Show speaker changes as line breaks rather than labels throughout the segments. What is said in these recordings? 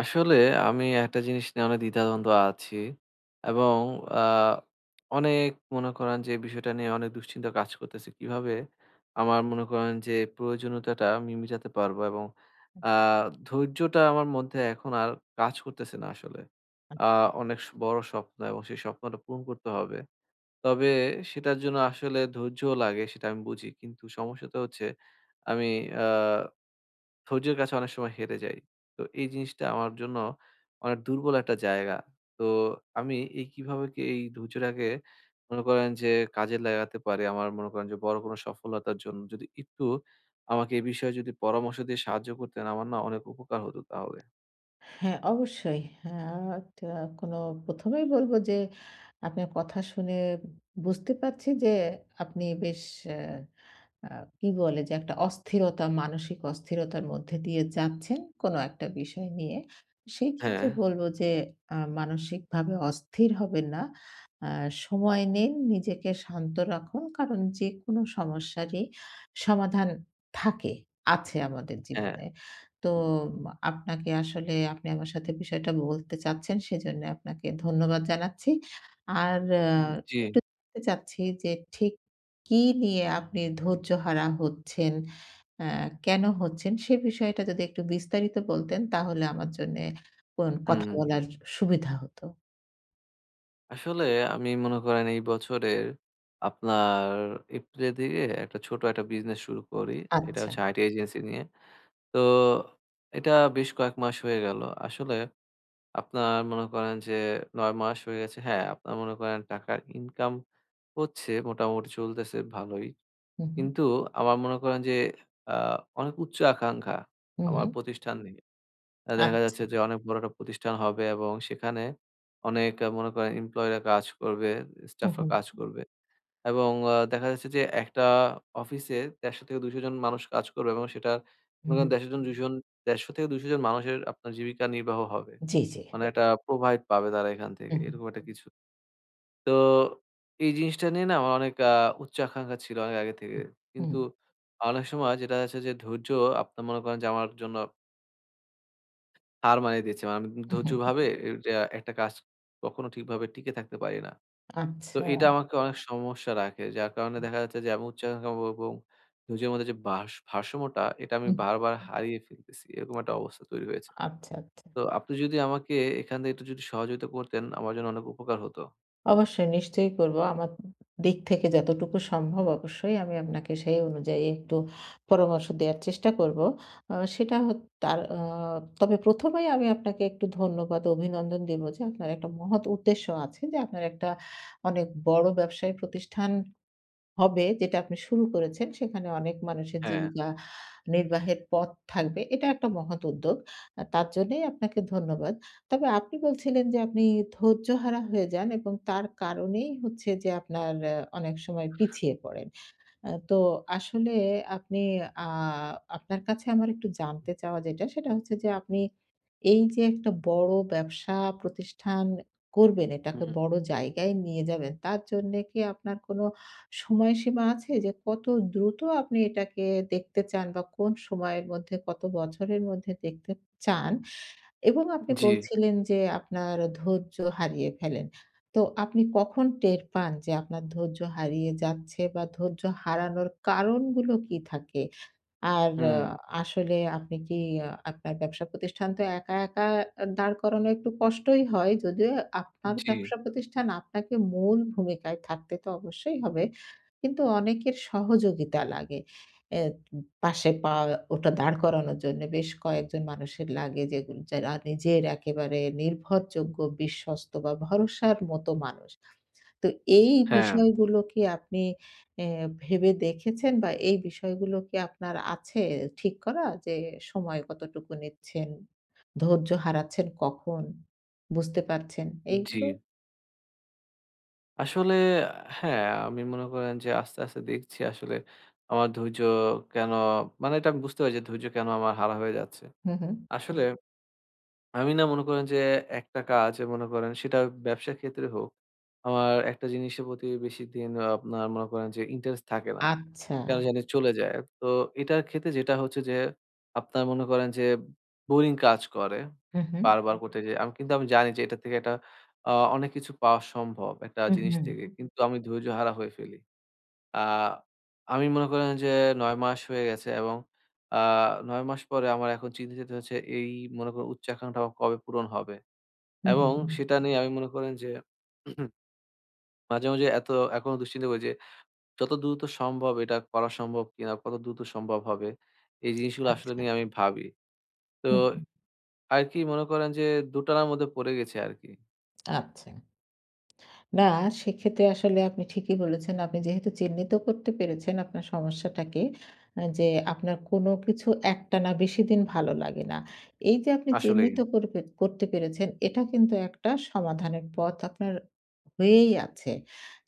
আসলে আমি একটা জিনিস নিয়ে অনেক দ্বিধাদ্বন্দ্ব আছি এবং আ অনেক মনে করেন যে বিষয়টা নিয়ে অনেক দুশ্চিন্তা কাজ করতেছে। কিভাবে আমার মনে করেন যে প্রয়োজনীয়তাটা আমি মিটাতে পারবো এবং আ ধৈর্যটা আমার মধ্যে এখন আর কাজ করতেছে না আসলে। আ অনেক বড় স্বপ্ন এবং সেই স্বপ্নটা পূরণ করতে হবে। তবে সেটার জন্য আসলে ধৈর্যও লাগে সেটা আমি বুঝি। কিন্তু সমস্যাটা হচ্ছে আমি আ ধৈর্যের কাছে অনেক সময় হেরে যাই। তো এই জিনিসটা আমার জন্য অনেক দুর্বল একটা জায়গা। তো আমি এই কিভাবে কি এই ধৈর্যটাকে মনে করেন যে কাজে লাগাতে পারি আমার মনে করেন যে বড় কোনো সফলতার জন্য যদি একটু আমাকে এই বিষয়ে যদি পরামর্শ দিয়ে সাহায্য করতেন আমার না অনেক উপকার হতো তাহলে।
হ্যাঁ, অবশ্যই। আ তা কোনো ১ম এই বলব যে, আপনার কথা শুনে বুঝতে পারছি যে, আপনি বেশ আ আ কি বলে যে একটা অস্থিরতা, মানসিক অস্থিরতার মধ্যে দিয়ে যাচ্ছেন কোনো একটা বিষয় নিয়ে। সেই
হ্যাঁ,
ক্ষেত্রে বলব যে মানসিকভাবে অস্থির হবেন না। আ সময় নিন, নিজেকে শান্ত রাখুন। কারণ যেকোনো সমস্যারই সমাধান থাকে, আছে আমাদের
হ্যাঁ।
জীবনে। তো আপনাকে আসলে আপনি আমার সাথে বিষয়টা বলতে চাচ্ছেন সেজন্য আপনাকে ধন্যবাদ জানাচ্ছি। আর
জি,
একটু জানতে চাচ্ছি যে ঠিক কি নিয়ে আপনি ধৈর্যহারা হচ্ছেন? আ কেন হচ্ছেন? সে বিষয়টা যদি একটু বিস্তারিত বলতেন তাহলে আমার জন্যে কোন কথা
হুম।
বলার সুবিধা হতো।
আসলে আমি মনে করেন এই বছরের আপনার এপ্রিলের দিকে একটা ছোট একটা বিজনেস শুরু করি। এটা
আচ্ছা।
হচ্ছে আইটি এজেন্সি নিয়ে। তো এটা বেশ কয়েক মাস হয়ে গেল। আসলে আপনার মনে করেন যে ৯ মাস হয়ে গেছে। হ্যাঁ, আপনার মনে করেন টাকার ইনকাম হচ্ছে, মোটামুটি চলতেছে ভালোই।
হু, হু,
কিন্তু আমার মনে করেন যে আ অনেক উচ্চ আকাঙ্খা
হু, হু।
আমার প্রতিষ্ঠান নিয়ে।
আ
দেখা যাচ্ছে যে অনেক বড় একটা প্রতিষ্ঠান হবে এবং সেখানে অনেক মনে করেন এমপ্লয়িরা কাজ করবে,
হু,
স্টাফরা
হু,
কাজ করবে। এবং দেখা যাচ্ছে যে একটা অফিসে ১৫০-২০০ জন মানুষ কাজ করবে এবং সেটার
হু,
মনে
হু।
করেন ১০০ জন ২০০ জন ১৫০-২০০ জন মানুষের আপনার জীবিকা নির্বাহ হবে।
জি, জি।
মানে একটা প্রোভাইড পাবে তারা এখান
হু,
থেকে।
হু,
এরকম একটা কিছু। তো এই জিনিসটা নিয়ে না আমার অনেক উচ্চ আকাঙ্খা ছিল অনেক আগে থেকে।
হু,
কিন্তু
হু,
অনেক সময় যেটা হচ্ছে যে ধৈর্য আপনার মনে করেন যে আমার জন্য হার মানিয়ে দিয়েছে। মানে আমি
হু, হু।
ধৈর্যভাবে এটা একটা কাজ কখনো ঠিকভাবে টিকে থাকতে পারি না। তো
আচ্ছা।
এটা একদম। আমাকে অনেক সমস্যা রাখে। যার কারণে দেখা যাচ্ছে যে আমি উচ্চাকাঙ্ক্ষা এবং ধৈর্যের মধ্যে যে ভারসাম্যটা এটা আমি
উম
বারবার হুম। হারিয়ে ফেলতেছি। এরকম একটা অবস্থা তৈরি হয়েছে।
আচ্ছা, আচ্ছা।
তো আপনি যদি আমাকে এখান থেকে একটু যদি সহযোগিতা করতেন আমার জন্য অনেক উপকার হতো।
অবশ্যই, নিশ্চয়ই করব। আমার দিক থেকে যতটুকু সম্ভব অবশ্যই আমি আপনাকে সেই অনুযায়ী একটু পরামর্শ দেয়ার চেষ্টা করব। আ সেটা হ তার আ তবে ১ম এই আমি আপনাকে একটু ধন্যবাদ, অভিনন্দন দেব যে আপনার একটা মহৎ উদ্দেশ্য আছে যে আপনার একটা অনেক বড় ব্যবসায়ী প্রতিষ্ঠান হবে যেটা আপনি শুরু করেছেন সেখানে অনেক মানুষের
হ্যাঁ,
জীবিকা নির্বাহের পথ থাকবে। এটা একটা মহৎ উদ্যোগ। তার জন্যেই আপনাকে ধন্যবাদ। তবে আপনি বলছিলেন যে আপনি ধৈর্যহারা হয়ে যান এবং তার কারণেই হচ্ছে যে আপনার অনেক সময় পিছিয়ে পড়েন। তো আসলে আপনি আ আপনার কাছে আমার একটু জানতে চাওয়া যেটা, সেটা হচ্ছে যে আপনি এই যে একটা বড় ব্যবসা প্রতিষ্ঠান করবেন, এটাকে
হুম,
বড় জায়গায় নিয়ে যাবেন। তার জন্যে কি আপনার কোনো সময়সীমা আছে? যে কত দ্রুত আপনি এটাকে দেখতে চান বা কোন সময়ের মধ্যে, কত বছরের মধ্যে দেখতে চান? এবং আপনি
জি,
বলছিলেন যে আপনার ধৈর্য হারিয়ে ফেলেন। তো আপনি কখন টের পান যে আপনার ধৈর্য হারিয়ে যাচ্ছে বা ধৈর্য হারানোর কারণগুলো কি থাকে? আর আ
হুম,
আসলে আপনি কি আ আপনার ব্যবসা প্রতিষ্ঠান তো একা, একা দাঁড় করানো একটু কষ্টই হয় যদিও আপনার
জি,
ব্যবসা প্রতিষ্ঠান আপনাকে মূল ভূমিকায় থাকতে তো অবশ্যই হবে। কিন্তু অনেকের সহযোগিতা লাগে। এ পাশে পা ওটা দাঁড় করানোর জন্য বেশ কয়েকজন মানুষের লাগে যারা নিজের একেবারে নির্ভরযোগ্য, বিশ্বস্ত বা ভরসার মতো মানুষ। তো এই
হ্যাঁ,
বিষয়গুলো কি আপনি এ ভেবে দেখেছেন বা এই বিষয়গুলো কি আপনার আছে ঠিক করা? যে সময় কতটুকু নিচ্ছেন, ধৈর্য হারাচ্ছেন কখন, বুঝতে পারছেন
জি।
এইগুলো?
আসলে হ্যাঁ, আমি মনে করেন যে আস্তে, আস্তে দেখছি আসলে আমার ধৈর্য কেন মানে এটা আমি বুঝতে পারি যে ধৈর্য কেন আমার হারা হয়ে যাচ্ছে।
হুম, হুম।
আসলে আমি না মনে করেন যে একটা কাজ মনে করেন সেটা ব্যবসার ক্ষেত্রে হোক, আমার একটা জিনিসের প্রতি বেশিদিন আপনার মনে করেন যে ইন্টারেস্ট থাকে না।
আচ্ছা।
কেন জানি চলে যায়। তো এটার ক্ষেত্রে যেটা হচ্ছে যে আপনার মনে করেন যে বোরিং কাজ করে।
হুম, হুম।
বারবার হুম, করতে হুম। যে আমি কিন্তু আমি জানি যে এটা থেকে একটা আ অনেক কিছু পাওয়া সম্ভব একটা
হুম,
জিনিস
হুম।
থেকে। হুম। কিন্তু আমি ধৈর্য হারা হয়ে ফেলি। আ আমি মনে করেন যে ৯ মাস হয়ে গেছে এবং আ ৯ মাস পরে আমার এখন চিন্তিত হচ্ছে এই মনে করেন উচ্চ আকাঙ্ক্ষাটা আমার কবে পূরণ হবে?
হুম, হুম,
এবং
হুম।
সেটা নিয়ে আমি মনে করেন যে মাঝে, মাঝে এত এখনো দুশ্চিন্তা করি যে যত দ্রুত সম্ভব এটা করা সম্ভব কিনা? কত দ্রুত সম্ভব হবে? এই জিনিসগুলো আসলে
আচ্ছা।
নিয়ে আমি ভাবি। তো
হুম, হুম।
আর কি মনে করেন যে দোটানার মধ্যে পড়ে গেছি আরকি।
আচ্ছা। না, সেক্ষেত্রে আসলে আপনি ঠিকই বলেছেন। আপনি যেহেতু চিহ্নিত করতে পেরেছেন আপনার সমস্যাটাকে, যে আপনার কোনো কিছু একটানা বেশিদিন ভালো লাগে না। এই যে আপনি
আসলেই।
চিহ্নিত করবে করতে পেরেছেন এটা কিন্তু একটা সমাধানের পথ আপনার হয়েই আছে।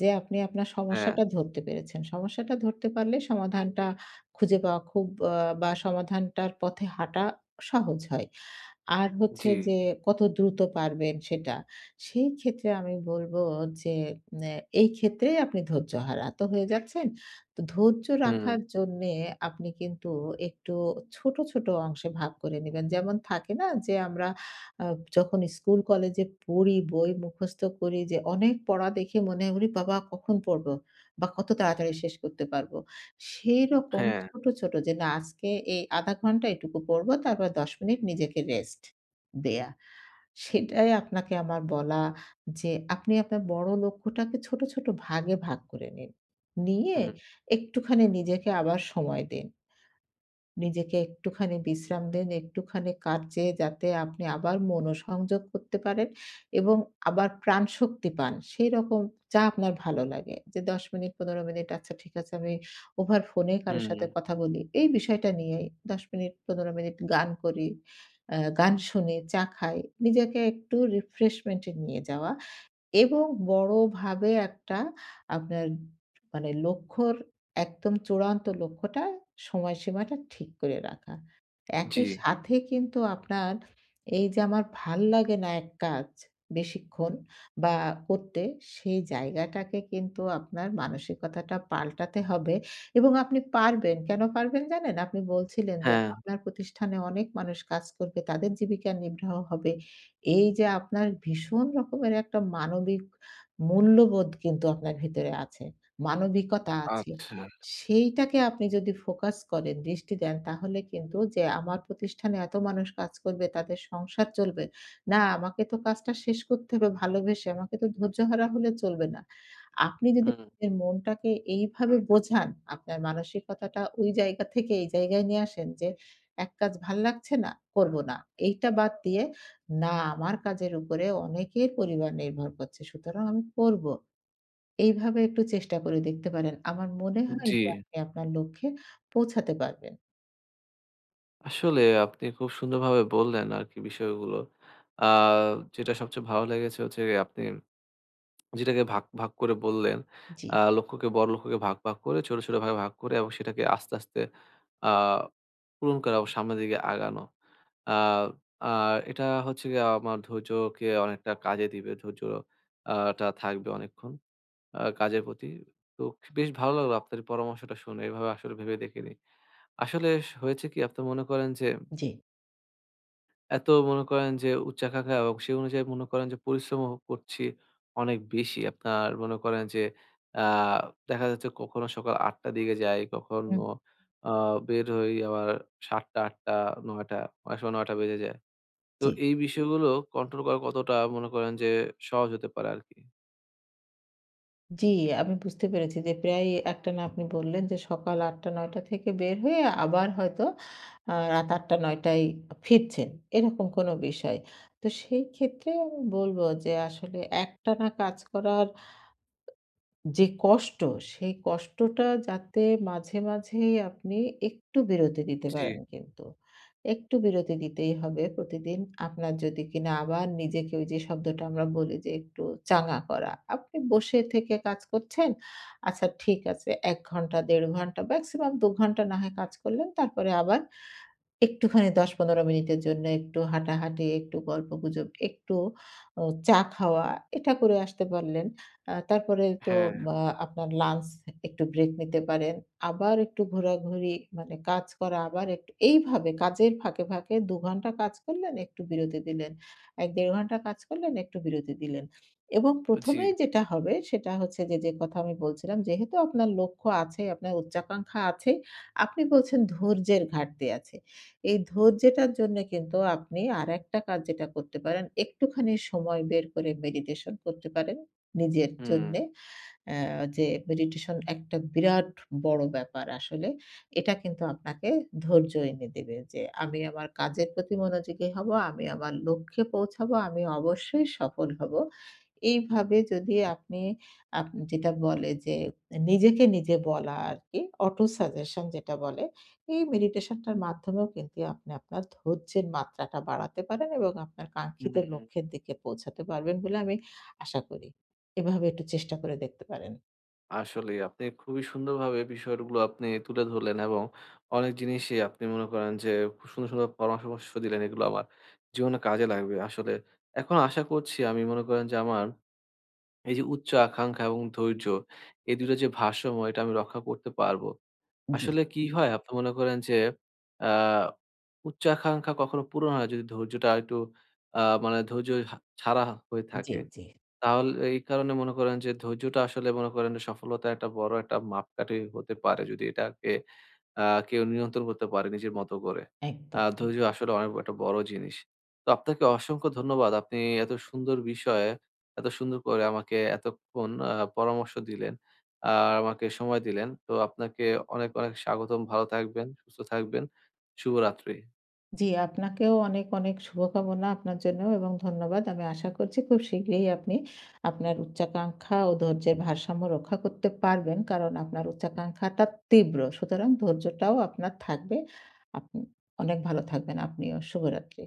যে আপনি আপনার
হ্যাঁ,
সমস্যাটা ধরতে পেরেছেন। সমস্যাটা ধরতে পারলে সমাধানটা খুঁজে পাওয়া খুব বা সমাধানটার পথে হাঁটা সহজ হয়। আর হচ্ছে
জি।
যে কত দ্রুত পারবেন সেটা। সেই ক্ষেত্রে আমি বলব যে নে এই ক্ষেত্রে আপনি ধৈর্যহারা তো হয়ে যাচ্ছেন। তো ধৈর্য
হুম,
রাখার জন্যে আপনি কিন্তু একটু ছোট, ছোট অংশে ভাগ করে নিবেন। যেমন থাকে না যে আমরা আ যখন স্কুল কলেজে পড়ি, বই মুখস্থ করি যে অনেক পড়া দেখে মনে হয় ওরে বাবা! কখন পড়বো বা কত তাড়াতাড়ি শেষ করতে পারব? সেইরকম
হ্যাঁ,
ছোট, ছোট যে না আজকে এই ০.৫ ঘন্টা এটুকু পড়বো, তারপর ১০ মিনিট নিজেকে রেস্ট দেয়া। সেটাই আপনাকে আমার বলা যে আপনি আপনার বড় লক্ষ্যটাকে ছোট, ছোট ভাগে ভাগ করে নিন। নিয়ে
হুম,
একটুখানি নিজেকে আবার সময় দিন। নিজেকে একটুখানি বিশ্রাম দিন, একটুখানি কাজে যাতে আপনি আবার মনোসংযোগ করতে পারেন এবং আবার প্রাণশক্তি পান। সেইরকম যা আপনার ভালো লাগে। যে ১০ মিনিট, ১৫ মিনিট আচ্ছা ঠিক আছে আমি ওভার ফোনে কারো
হুম,
সাথে কথা বলি। এই বিষয়টা নিয়েই ১০ মিনিট, ১৫ মিনিট গান করি, গান শুনি, চা খাই। নিজেকে একটু রিফ্রেশমেন্ট এ নিয়ে যাওয়া। এবং বড়ভাবে একটা আপনার মানে একদম চূড়ান্ত লক্ষ্যটা সময়সীমাটা ঠিক করে রাখা।
জি।
একই সাথে কিন্তু আপনার এই যে আমার ভাল লাগে না এক কাজ বেশিক্ষণ বা করতে, সেই জায়গাটাকে কিন্তু আপনার মানসিকতাটা পাল্টাতে হবে এবং আপনি পারবেন। কেন পারবেন জানেন? আপনি বলছিলেন যে
হ্যাঁ।
আপনার প্রতিষ্ঠানে অনেক মানুষ কাজ করবে, তাদের জীবিকা নির্বাহ হবে। এই যে আপনার ভীষণ রকমের একটা মানবিক মূল্যবোধ কিন্তু আপনার ভেতরে আছে। মানবিকতা আছে।
আচ্ছা।
সেইটাকে আপনি যদি ফোকাস করেন, দৃষ্টি দেন তাহলে কিন্তু যে আমার প্রতিষ্ঠানে এত মানুষ কাজ করবে, তাদের সংসার চলবে। না, আমাকে তো কাজটা শেষ করতে হবে ভালোবেসে। আমাকে তো ধৈর্যহারা হলে চলবে না। আপনি যদি
হুম।
নিজের মনটাকে এইভাবে বোঝান, আপনার মানসিকতাটা ওই জায়গা থেকে এই জায়গায় নিয়ে আসেন যে এক কাজ ভাল লাগছে না, করব না। এইটা বাদ দিয়ে না, আমার কাজের উপরে অনেকের পরিবার নির্ভর করছে। সুতরাং আমি করব। এইভাবে একটু চেষ্টা করে দেখতে পারেন। আমার মনে হয়
জি,
যে আপনি আপনার লক্ষ্যে পৌঁছাতে পারবেন।
আসলে আপনি খুব সুন্দরভাবে বললেন আরকি বিষয়গুলো। আ যেটা সবচেয়ে ভালো লেগেছে হচ্ছে গিয়ে আপনি যেটাকে ভাগ, ভাগ করে বললেন,
জি,
লক্ষ্যকে বড় লক্ষ্যকে ভাগ, ভাগ করে ছোট, ছোট ভাগে ভাগ করে এবং সেটাকে আস্তে, আস্তে আ পূরণ করা ও সামনের দিকে আগানো। আ আর এটা হচ্ছে গিয়ে আমার ধৈর্যকে অনেকটা কাজে দিবে। ধৈর্য আ টা থাকবে অনেকক্ষণ। কাজের প্রতি। তো বেশ ভালো লাগলো আপনার এই পরামর্শটা শুনে। এভাবে আসলে ভেবে দেখিনি। আসলে হয়েছে কি আপনি মনে করেন যে
জি।
এত মনে করেন যে উচ্চাকাঙ্ক্ষা এবং সে অনুযায়ী মনে করেন যে পরিশ্রমও করছি অনেক বেশি। আপনার মনে করেন যে আ দেখা যাচ্ছে কখনো সকাল ৮ টার দিকে যাই,
হুম।
কখনো আ বের হই আবার ৭:০০ ৮:০০ ৯:০০ অনেক সময় ৯:০০ বেজে যায়। তো
জি,
এই বিষয়গুলো কন্ট্রোল করা কতটা মনে করেন যে সহজ হতে পারে আরকি?
জি। আমি বুঝতে পেরেছি যে প্রায় একটানা আপনি বললেন যে সকাল ৮ঃ০০ ৯ঃ০০ থেকে বের হয়ে আবার হয়তো রাত ৮ঃ০০ ৯ঃ০০ ফিরছেন। এরকম কোনো বিষয়। তো সেই ক্ষেত্রে আমি বলব যে আসলে একটানা কাজ করার যে কষ্ট, সেই কষ্টটা যাতে মাঝে, মাঝেই আপনি একটু বিরতি দিতে
জি,
পারেন কিন্তু। একটু বিরতি দিতেই হবে প্রতিদিন। আপনার যদি কিনা আবার নিজেকে, ওই যে শব্দটা আমরা বলি, যে একটু চাঙ্গা করা। আপনি বসে থেকে কাজ করছেন। আচ্ছা ঠিক আছে ১ ঘন্টা ১.৫ ঘন্টা, মেক্সিমাম ২ ঘন্টা না হয় কাজ করলেন। তারপরে আবার একটুখানি ১০-১৫ মিনিটের জন্য একটু হাঁটাহাঁটি, একটু গল্পগুজব, একটু ও চা খাওয়া এটা করে আসতে পারলেন। তারপরে তো
হ্যাঁ।
বা আপনার লাঞ্চ একটু ব্রেক নিতে পারেন। আবার একটু ঘোরাঘুরি মানে কাজ করা আবার একটু এইভাবে কাজের ফাঁকে, ফাঁকে ২ ঘন্টা কাজ করলেন, একটু বিরতি দিলেন। ১-১.৫ ঘন্টা কাজ করলেন, একটু বিরতি দিলেন। এবং ১ম
জি,
এই যেটা হবে সেটা হচ্ছে যে, যে কথা আমি বলছিলাম যেহেতু আপনার লক্ষ্য আছে, আপনার উচ্চাকাঙ্ক্ষা আছে, আপনি বলছেন ধৈর্যের ঘাটতি আছে। এই ধৈর্যটার জন্যে কিন্তু আপনি আরেকটা কাজ যেটা করতে পারেন, একটুখানি সময় বের করে মেডিটেশন করতে পারেন নিজের
হুম।
জন্যে। যে মেডিটেশন একটা বিরাট বড় ব্যাপার আসলে। এটা কিন্তু আপনাকে ধৈর্য এনে দেবে যে আমি আমার কাজের প্রতি মনোযোগী হব, আমি আমার লক্ষ্যে পৌঁছাবো, আমি অবশ্যই সফল হব। এইভাবে যদি আপনি যেটা বলে যে নিজেকে নিজে বলা আরকি, অটো সাজেশন যেটা বলে, এই মেডিটেশনটার মাধ্যমেও কিন্তু আপনি আপনার ধৈর্যের মাত্রাটা বাড়াতে পারেন এবং আপনার কাঙ্ক্ষিত
হুম,
লক্ষ্যের দিকে পৌঁছাতে পারবেন বলে আমি আশা করি। এভাবে একটু চেষ্টা করে দেখতে পারেন।
আসলে আপনি খুবই সুন্দরভাবে বিষয়গুলো আপনি তুলে ধরলেন এবং অনেক জিনিসই আপনি মনে করেন যে খুব সুন্দর সুন্দর পরামর্শ দিলেন এগুলো আমার জীবনে কাজে লাগবে আসলে এখন আশা করছি আমি মনে করেন যে আমার এই যে উচ্চ আকাঙ্ক্ষা এবং ধৈর্য এই দুটো যে ভারসাম্য এটা আমি রক্ষা করতে পারবো
জি,
আসলে কি জি হয় আপনি মনে করেন যে আহ উচ্চ আকাঙ্ক্ষা কখনো পূরণ হয় না যদি ধৈর্যটা একটু মানে ধৈর্য ছাড়া হয়ে
জি।
থাকে
জি,
তাহলে এই কারণে মনে করেন যে ধৈর্যটা আসলে মনে করেন যে সফলতার একটা বড় একটা মাপকাঠি হতে পারে যদি এটাকে আ কেউ নিয়ন্ত্রণ করতে পারে নিজের মতো করে।
একদম।
হুম। ধৈর্য আসলে অনেক একটা বড় জিনিস। তো আপনাকে অসংখ্য ধন্যবাদ। আপনি এত সুন্দর বিষয়ে এত সুন্দর করে আমাকে এতক্ষণ পরামর্শ দিলেন। আর আমাকে সময় দিলেন। তো আপনাকে অনেক, অনেক স্বাগতম। ভালো থাকবেন, সুস্থ থাকবেন। শুভরাত্রি।
জি, আপনাকেও অনেক, অনেক শুভকামনা আপনার জন্য এবং ধন্যবাদ। আমি আশা করছি খুব শীঘ্রই আপনি আপনার উচ্চাকাঙ্ক্ষা ও ধৈর্যের ভারসাম্য রক্ষা করতে পারবেন। কারণ আপনার উচ্চাকাঙ্ক্ষাটা তীব্র। সুতরাং ধৈর্যটাও আপনার থাকবে। আপনি অনেক ভালো থাকবেন আপনিও। শুভরাত্রি।